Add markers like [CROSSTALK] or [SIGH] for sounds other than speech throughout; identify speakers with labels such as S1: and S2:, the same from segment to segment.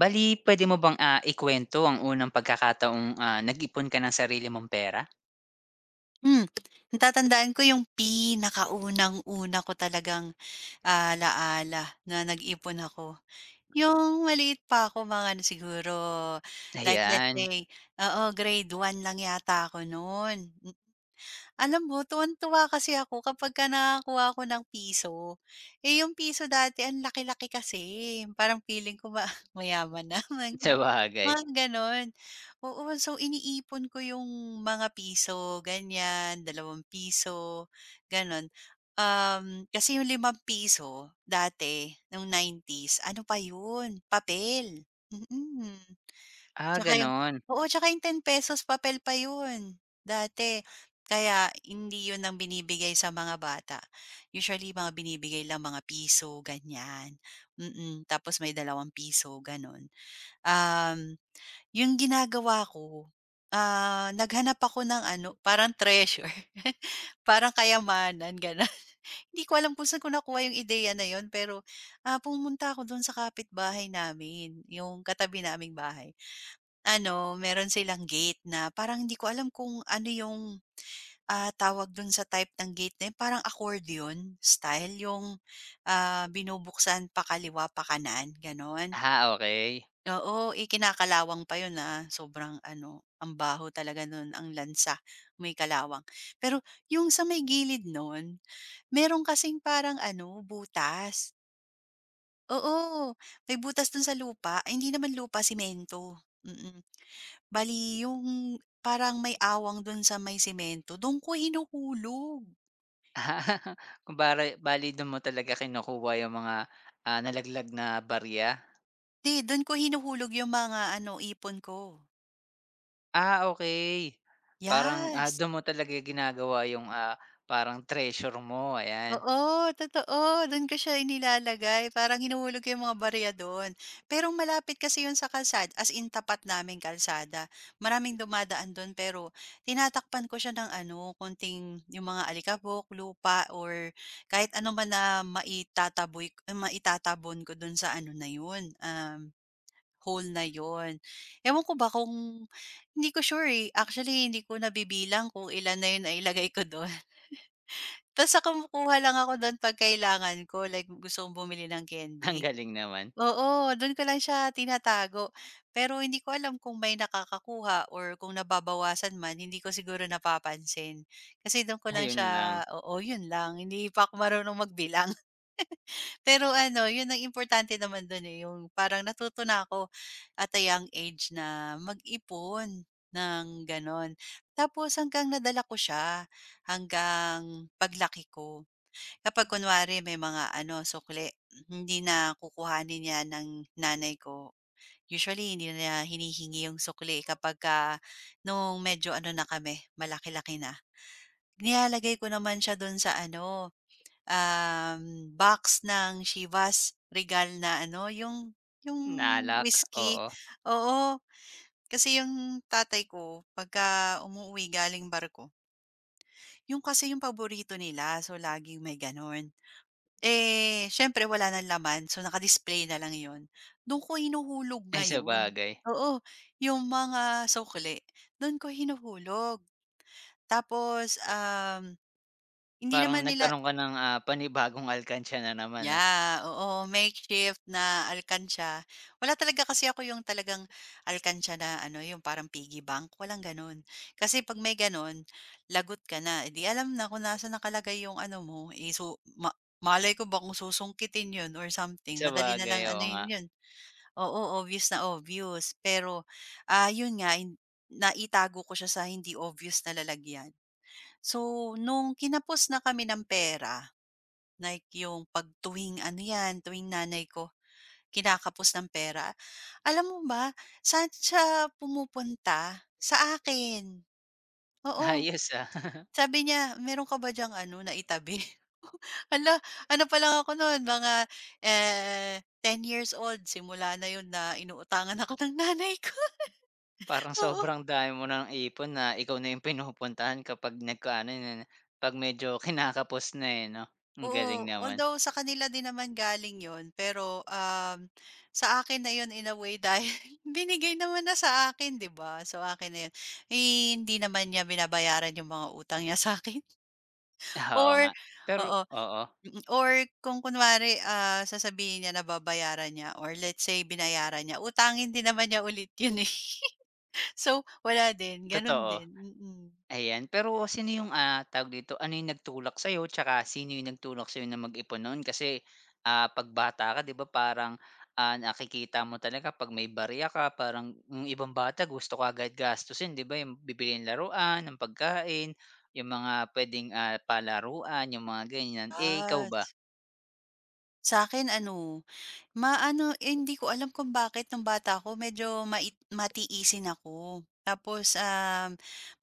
S1: Bali, pwede mo bang, ikuwento ang unang pagkakataong, nag-ipon ka ng sarili mong pera?
S2: Hmm, natatandaan ko yung pinakaunang-una ko talagang, ala-ala na nag-ipon ako, yung maliit pa ako mga ano siguro, like let's
S1: Ayan,
S2: say oo, grade one lang yata ako nun. Alam mo tuwang-tuwa kasi ako kapagka nakakuha ako ng piso. Eh, yung piso dati ang laki-laki kasi, parang feeling ko ba [LAUGHS] mayaman na
S1: [LAUGHS]
S2: [LAUGHS]
S1: sabagay.
S2: mga gano'n. Oo, so iniipon ko yung mga piso ganyan, dalawang piso, gano'n. Kasi yung limang piso dati nung 90s ano pa yun, papel, mm.
S1: Ah,
S2: Tsaka yung
S1: gano'n.
S2: oo, tsaka yung 10 pesos papel pa yun dati. Kaya hindi yun ang binibigay sa mga bata. Usually mga binibigay lang mga piso ganyan, mm. Tapos may dalawang piso ganun. Um, yung ginagawa ko, naghanap ako ng ano, parang treasure, [LAUGHS] parang kayamanan gano'n. [LAUGHS] Hindi ko alam kung saan ko nakuha yung ideya na yun pero, pumunta ako dun sa kapitbahay namin, yung katabi naming bahay. Ano, meron silang gate na parang hindi ko alam kung ano yung, tawag dun sa type ng gate na yun, parang accordion style yung, binubuksan pakaliwa, pakanan, gano'n.
S1: Ah, okey.
S2: Oo, eh, kinakalawang pa yun, na sobrang ano, ang baho talaga nun, ang lansa, may kalawang. Pero yung sa may gilid nun, meron kasing parang ano, butas. Oo, may butas dun sa lupa. Ay hindi naman lupa, semento, mm. Bali yung parang may awang dun sa may semento, dun ko hinuhulog.
S1: Ah, [LAUGHS] kumbari bale do'n mo talaga kinukuha yung mga, nalaglag na barya?
S2: 'Di dun ko hinuhulog yung mga ano, ipon ko.
S1: Ah, okay. Parang,
S2: Yes.
S1: do'n mo talaga ginagawa yung, parang treasure mo, ayan.
S2: Oo, totoo. Do'n ko siya inilalagay. Parang hinuhulog ko yung mga barya do'n. Pero malapit kasi 'yon sa kalsada, as in tapat naming kalsada. Maraming dumadaan do'n pero tinatakpan ko siya ng ano, konting yung mga alikabok, lupa, or kahit ano man na maitataboy maitatabon ko do'n sa ano na 'yon, hole na 'yon. Ewan ko ba kung hindi ko sure, eh. Actually, hindi ko nabibilang kung ilan na yun na ilagay ko do'n. Basta kumukuha lang ako don 'pag kailangan ko, like gusto kong bumili ng
S1: [LAUGHS] Ang
S2: candy.
S1: galing naman.
S2: Oo, dun ko lang siya tinatago. Pero hindi ko alam kung may nakakakuha or kung nababawasan man, hindi ko siguro napapansin. Kasi dun ko lang
S1: Ayun lang,
S2: siya. Oo, yun lang, hindi pa ako marunong magbilang. [LAUGHS] Pero ano, yun ang importante naman don eh, yung parang natuto na ako at a young age na mag-ipon ng gano'n. Tapos hanggang nadala ko siya, hanggang paglaki ko. Kapag kunwari may mga ano, sukli, hindi na kukuhanin niya ng nanay ko. Usually hindi na niya hinihingi yung sukli kapagka nung medyo ano na kami, malaki-laki na. Nilalagay ko naman siya do'n sa ano, um, box ng shivas Regal na ano, yung
S1: nalak,
S2: whiskey,
S1: oo.
S2: oo. Kasi yung tatay ko pagka umuuwi galing barko, yung kasi yung paborito nila, so laging may gano'n. Eh, siyempre wala ng laman, so naka-display na lang 'yun. Do'n ko hinuhulog
S1: Ay,
S2: ngayon.
S1: sabagay.
S2: Oo, yung mga sukli, do'n ko hinuhulog. Tapos, hindi
S1: Parang
S2: naman nila.
S1: nagkaroon ka ng, panibagong alkansiya na naman, 'no?
S2: Yeah, oo, makeshift na alkansiya. Wala talaga kasi ako yung talagang alkansiya na ano, yung parang piggy bank, walang gano'n. Kasi 'pag may gano'n, lagot ka na. Eh, 'di alam na kung nasaan nakalagay yung ano mo, eh, so malay ko ba kung susungkitin 'yun or something, madali na
S1: Sabagay,
S2: lang
S1: oo nga.
S2: anuhin 'yun. Oo, obvious na obvious. Pero, 'yun nga, naitago ko siya sa hindi obvious na lalagyan. So, nung kinapos na kami ng pera. Like yung 'pag tuwing ano 'yan, tuwing nanay ko kinakapos ng pera. Alam mo ba saan siya pumupunta, sa akin. Oo,
S1: Ayos, ah, [LAUGHS]
S2: sabi niya, "Meron ka ba diyang ano naitabi?" [LAUGHS] Hala, ano pa lang ako no'n mga, eh, 10 years old simula na yun na inuutangan ako ng nanay ko.
S1: parang sobrang
S2: [LAUGHS]
S1: dami mo ng ipon na ikaw na yung pinupuntahan kapag nagkaano na 'pag medyo [LAUGHS] kinakapos na, eh, 'no? Ang galing
S2: Oo,
S1: naman.
S2: although sa kanila din naman galing yon pero, sa akin na yon in a way dahil [LAUGHS] binigay naman na sa akin, 'di ba? So, akin na 'yun. Eh, hindi naman niya binabayaran yung mga utang niya sa akin
S1: [LAUGHS]
S2: [LAUGHS]
S1: Oo
S2: or
S1: nga, pero
S2: oo,
S1: oo,
S2: or kung kunwari, sasabihin niya na babayaran niya or let's say binayaran niya, utangin din naman niya ulit 'yun, eh. [LAUGHS] So, wala din, gano'n
S1: totoo.
S2: din, mm. mm.
S1: Ayan, pero sino yung, tawag dito, ano yung nagtulak sa'yo tsaka sino yung nagtulak sa'yo na mag-ipon nun? Kasi, 'pag bata ka 'di ba parang, nakikita mo talaga 'pag may barya ka parang yung ibang bata gusto kaagad gastusin 'di ba, yung bibili ng laruan, ng pagkain, yung mga puwedeng, palaruan, yung mga ganyan. Eh, ikaw
S2: Ah,
S1: ba?
S2: s- sa akin ano. Maano eh, hindi ko alam kung bakit nung bata ako medyo matiisin ako. Tapos,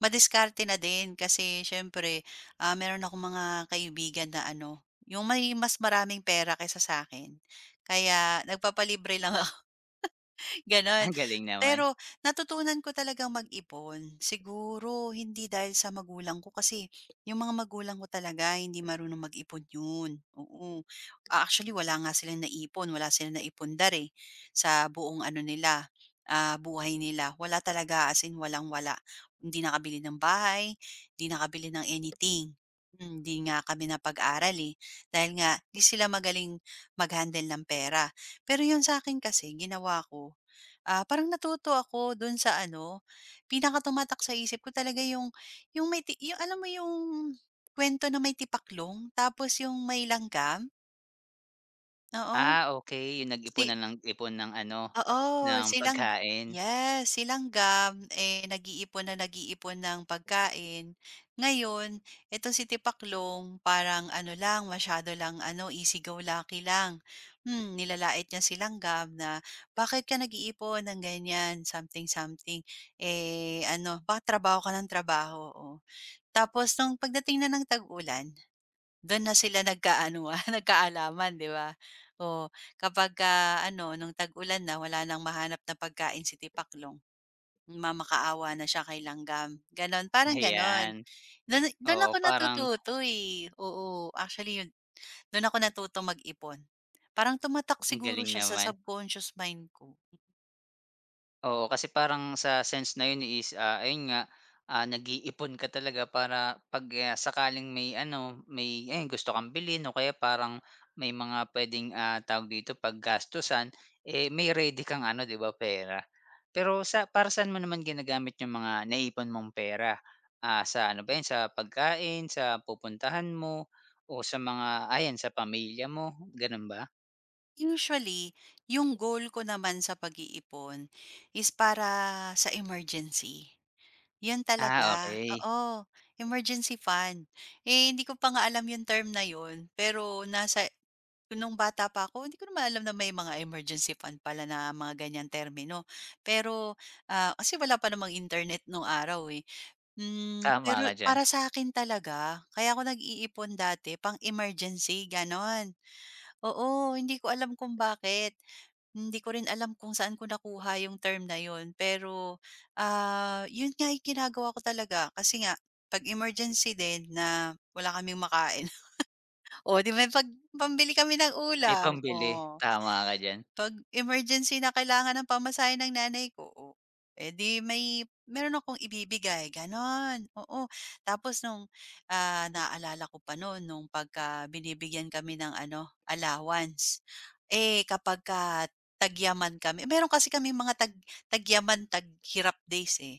S2: madiskarte na din kasi siyempre, meron akong mga kaibigan na ano, yung may mas maraming pera kaysa sa akin. Kaya nagpapalibre lang.
S1: [LAUGHS]
S2: Gano'n.
S1: Ang galing naman.
S2: Pero natutunan ko talagang mag-ipon. Siguro hindi dahil sa magulang ko kasi yung mga magulang ko talaga hindi marunong mag-ipon yun, oo. Actually wala nga silang naipon, wala silang naipundar, eh, sa buong ano nila, buhay nila. Wala talaga as in walang-wala. Hindi nakabili ng bahay, hindi nakabili ng anything. Hindi nga kami napag-aral, eh, dahil nga 'di sila magaling mag-handle ng pera. Pero yun sa akin kasi ginawa ko. Parang natuto ako dun sa ano, pinaka sa isip ko talaga yung may yung alam mo yung kwento na may tipaklong tapos yung may langgam? Oo.
S1: Ah, okay, yung
S2: Si
S1: nag-ipon na ng ipon ng ano,
S2: Oo,
S1: ng pagkain.
S2: yes, silangga, eh, nag-iipon na nag-iipon ng pagkain. Ngayon, eto si Tipaklong parang ano lang, masyado lang ano, easy go lucky lang. Nilalait niya si na, "Bakit ka nag-iipon ng ganyan, something something, eh, ano, baka trabaho ka ng trabaho." Oh, tapos nung pagdating na ng tag-ulan. Dun na sila nagkaanuhan [LAUGHS] nagkaalaman, 'di ba? O kapagka ano, nung tag-ulan na wala nang mahanap na pagkain si Tipaklong, mamakaawa na siya kay Langgam, gano'n, parang gano'n.
S1: Ayan,
S2: Dun dun
S1: oo
S2: ako
S1: parang
S2: natututo, eh, oo. Actually yun, dun ako natutong mag-ipon. Parang tumatak
S1: ang
S2: siguro
S1: galing
S2: siya sa
S1: naman.
S2: subconscious mind ko.
S1: Oo, kasi parang sa sense na yun is, ayun nga, nag-iipon ka talaga para 'pag, sakaling may ano, may ayun gusto kang bilhin o kaya parang may mga puwedeng, tawag dito, paggastusan, eh, may ready kang ano, 'di ba, pera. Pero sa para saan mo naman ginagamit yung mga naipon mong pera? Ah, sa ano ba yun, sa pagkain, sa pupuntahan mo o sa mga ayan, sa pamilya mo, gano'n ba?
S2: Usually, yung goal ko naman sa pag-iipon is para sa emergency. Yun
S1: Ah,
S2: talaga,
S1: okay.
S2: oo, emergency fund. Eh, hindi ko pa nga alam yung term na yun, pero nung bata pa ako, hindi ko naman alam na may mga emergency fund pala na mga ganyan termino. Pero, kasi wala pa namang internet nung araw, eh. Hmm,
S1: Tama
S2: pero
S1: ka diyan.
S2: para sa akin talaga, kaya ako nag-iipon dati pang-emergency, gano'n. Oo, hindi ko alam kung bakit. Hindi ko rin alam kung saan ko nakuha yung term na yun, pero, yun nga yung ginagawa ko talaga. Kasi nga 'pag emergency din na wala kaming makain, [LAUGHS] o 'di ba 'pag pambili kami ng
S1: May
S2: ulam,
S1: pambili,
S2: o
S1: tama ka diyan.
S2: 'pag emergency na kailangan ng pamasahe ng nanay ko, oh, eh, 'di may meron akong ibibigay, gano'n, oo. Tapos nung, naalala ko pa no'n nung pagka binibigyan kami ng ano, allowance, eh, kapagka tagyaman kami meron kasi kami mga tagyaman, taghirap days, eh.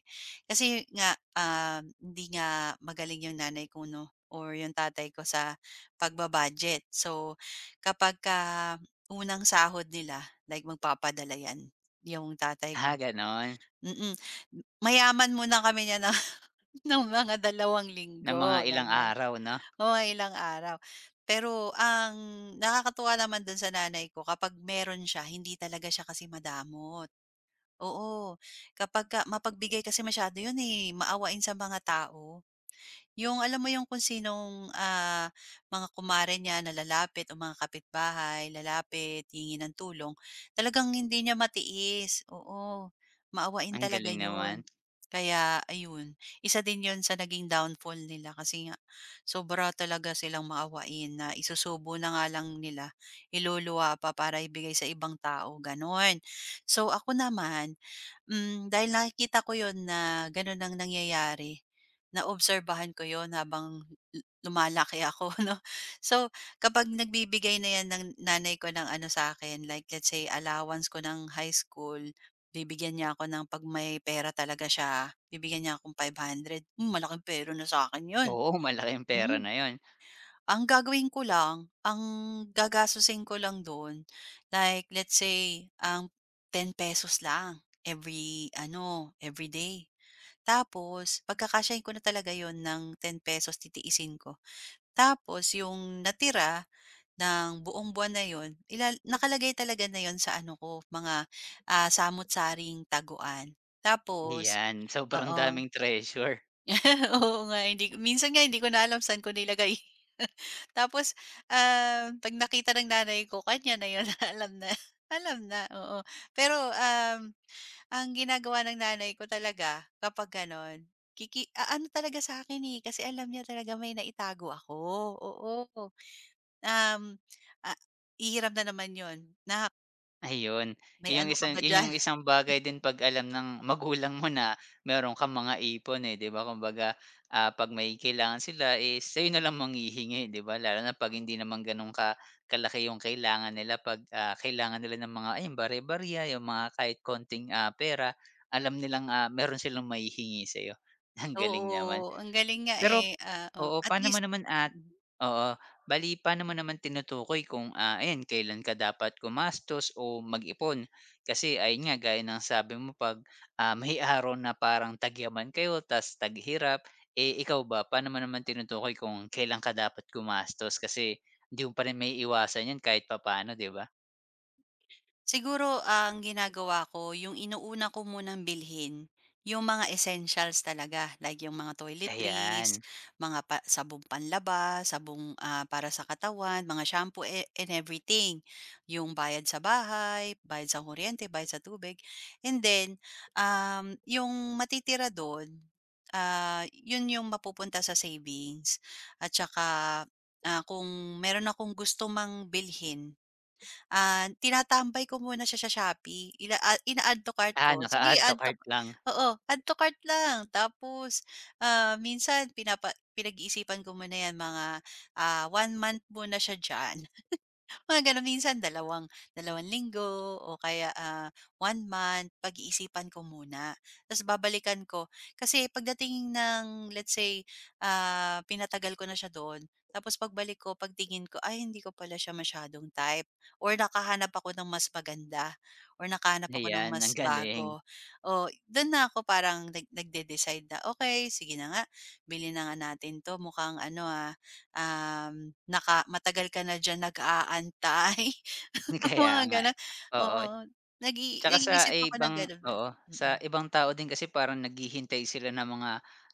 S2: Kasi nga, hindi nga magaling 'yung nanay ko 'no or 'yung tatay ko sa pagba-budget. So, kapagka unang sahod nila. Like magpapadala 'yan, yung tatay ko,
S1: Ah, gano'n.
S2: mm. Mayaman muna kami niyan ng [LAUGHS] ng mga dalawang
S1: Ng mga
S2: linggo,
S1: ilang
S2: ganyan.
S1: araw 'no?
S2: Oo, ilang araw. Pero ang nakakatuwa naman dun sa nanay ko kapag meron siya hindi talaga siya kasi madamot. Oo, kapagka mapagbigay kasi masyado yun, eh, maawain sa mga tao. Yung alam mo yung kung sinong, mga kumare niya na lalapit o mga kapitbahay, lalapit, hihingi ng tulong, talagang hindi niya matiis, oo. Maawain
S1: Ang
S2: talaga
S1: galing naman.
S2: yun. Kaya ayun, isa din yun sa naging downfall nila kasi nga sobra talaga silang maawain na isusubo na nga lang nila, iluluwa pa para ibigay sa ibang tao, gano'n. So, ako naman, dahil nakikita ko yun na gano'n ang nangyayari. Naobserbahan ko yon habang lumalaki ako [LAUGHS] 'no. So, kapag nagbibigay na 'yan ng nanay ko ng ano sa akin like let's say allowance ko ng high school, bibigyan niya ako ng 'pag may pera talaga siya, bibigyan niya akong 500. Hmm, malaking pera na sa akin 'yun,
S1: Oo, [LAUGHS] malaking pera
S2: hmm.
S1: na 'yun.
S2: Ang gagawin ko lang, ang gagastusin ko lang do'n, like let's say, ang 10 pesos lang every ano, every day tapos pagkakasyahin ko na talaga yon ng 10 pesos titiisin ko. Tapos yung natira ng buong buwan na yun nakalagay talaga na yun sa ano ko mga, samut-saring taguan. Tapos
S1: Ayan, sobrang
S2: oo.
S1: daming treasure.
S2: [LAUGHS] Oo nga, hindi ko minsan nga hindi ko na alam saan ko nilagay. [LAUGHS] Tapos, 'pag nakita ng nanay ko kanya na 'yun, [LAUGHS] alam na alam na, oo. Pero, ang ginagawa ng nanay ko talaga kapag gano'n, ano talaga sa akin eh, kasi alam niya talaga may naitago ako, oo. Um, ah, ihiram na naman 'yun, na
S1: Ayun,
S2: may
S1: yun yung
S2: ano ka
S1: isang
S2: ba
S1: yun
S2: diyan?"
S1: yung
S2: [LAUGHS]
S1: isang bagay din 'pag alam ng [LAUGHS] magulang mo na meron kang mga ipon, eh, 'di ba? Kumbaga, 'pag may kailangan sila is sa'yo na nalang manghihingi, 'di ba? Lalo na 'pag hindi naman gano'n ka kalaki yung kailangan nila 'pag, kailangan nila ng mga ayun bare-barya, yung mga kahit konting, pera alam nilang, meron silang maihingi sa'yo. [LAUGHS] Ang galing naman.
S2: Oo, ang galing nga,
S1: Pero
S2: eh, oh,
S1: oo,
S2: at
S1: paano mo
S2: least
S1: naman at
S2: mm.
S1: oo, bale paano mo naman tinutukoy kung, ayan kailan ka dapat gumastos o mag-ipon? Kasi ayun nga, gaya ng sabi mo 'pag, may [LAUGHS] araw na parang tagyaman kayo ta's taghirap, eh, ikaw ba paano mo naman tinutukoy kung kailan ka dapat gumastos? Kasi hindi mo pa rin maiiwasan 'yan kahit papaano, 'di ba?
S2: Siguro ang ginagawa ko, yung inuuna ko munang bilhin, yung mga essentials talaga, like yung mga toiletries,
S1: Ayan.
S2: mga pa sabong panlaba, sabong, para sa katawan, mga shampoo, e and everything. Yung bayad sa bahay, bayad sa kuryente, bayad sa tubig, and then, yung matitira dun, yun yung mapupunta sa savings at saka, kung meron akong gusto mang bilhin tinatambay ko muna siya sa Shopee, ina-add to cart
S1: Ah,
S2: ko. Sige
S1: naka-add to
S2: add to
S1: cart lang.
S2: oo, add to cart lang tapos, minsan pinag-iisipan ko muna 'yan mga, one month muna siya diyan. Mga gano'n. Minsan dalawang dalawang linggo o kaya, one month, pag-iisipan ko muna. Tapos babalikan ko. Kasi pagdating ng let's say, pinatagal ko na siya doon, tapos pagbalik ko, pagtingin ko, "Ay hindi ko pala siya masyadong type," or nakahanap ako ng mas maganda or nakahanap ako ng
S1: Ayan, ang
S2: mas
S1: galing.
S2: bago. O do'n na ako parang nagde-decide na, okay sige na nga, bilhin na nga natin 'to. Mukhang ano, ah." Matagal ka na diyan nag-aantay,
S1: [LAUGHS]
S2: [LAUGHS] mga
S1: Kaya nga, eh.
S2: gano'n,
S1: Oo.
S2: oo.
S1: Tsaka sa
S2: Nag-iisip ako ng
S1: ibang
S2: gano'n ba
S1: oo,
S2: mm.
S1: sa ibang tao din kasi parang naghihintay sila ng mga,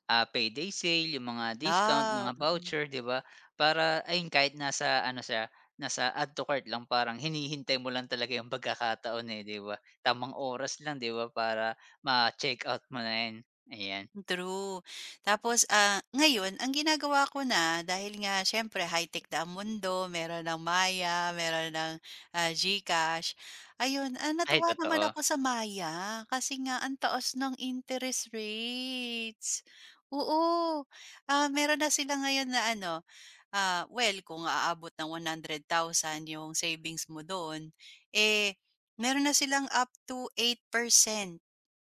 S1: payday sale, yung mga discount,
S2: Yeah,
S1: mga
S2: mm.
S1: voucher, 'di ba? Para ayun kahit nasa ano siya, nasa add to cart lang parang hinihintay mo lang talaga yung pagkakataon, eh, 'di ba? Tamang oras lang, 'di ba, para ma-check out mo na 'yan, ayan.
S2: True. Tapos, ngayon ang ginagawa ko na dahil nga siyempre high-tech na ang mundo, meron ng Maya, meron ng, GCash. Ayun,
S1: Ay
S2: natuwa naman
S1: totoo.
S2: ako sa Maya kasi nga ang taas ng interest rates. Oo, meron na sila ngayon na ano well kung aabot ng 100,000 yung savings mo doon, eh, meron na silang up to 8%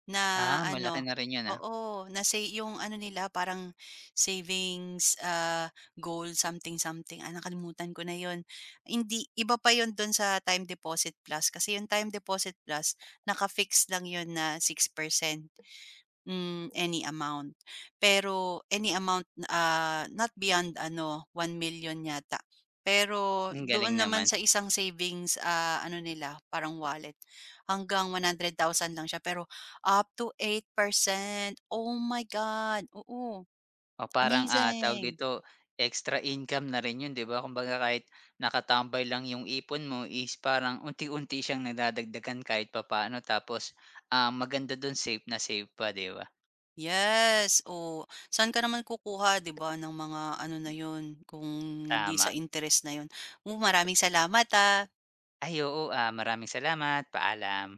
S2: na
S1: Ah, malaki
S2: ano
S1: na rin 'yun, ah.
S2: oo, na say yung ano nila parang savings, goal something something, nakalimutan ko na yon. Hindi iba pa yon dun sa time deposit plus kasi yung time deposit plus naka-fix lang yon na 6%. Any amount. Pero any amount, not beyond ano, 1 million yata. Pero
S1: Ang
S2: doon
S1: galing
S2: naman
S1: naman.
S2: sa isang savings, ano nila, parang wallet, hanggang 100,000 lang siya pero up to 8%. Oh my God, oo,
S1: O parang, tawag
S2: amazing.
S1: dito, extra income na rin 'yun 'di ba? Kumbaga kahit nakatambay lang 'yung ipon mo is parang unti-unti siyang nadadagdagan kahit papaano tapos, maganda dun safe na safe pa 'di ba?
S2: Yes, oh, saan ka naman kukuha 'di ba ng mga ano na yon kung di sa
S1: Tama.
S2: interest na yon. Oh, maraming salamat, ah.
S1: Ay oo, ah, maraming salamat. Paalam.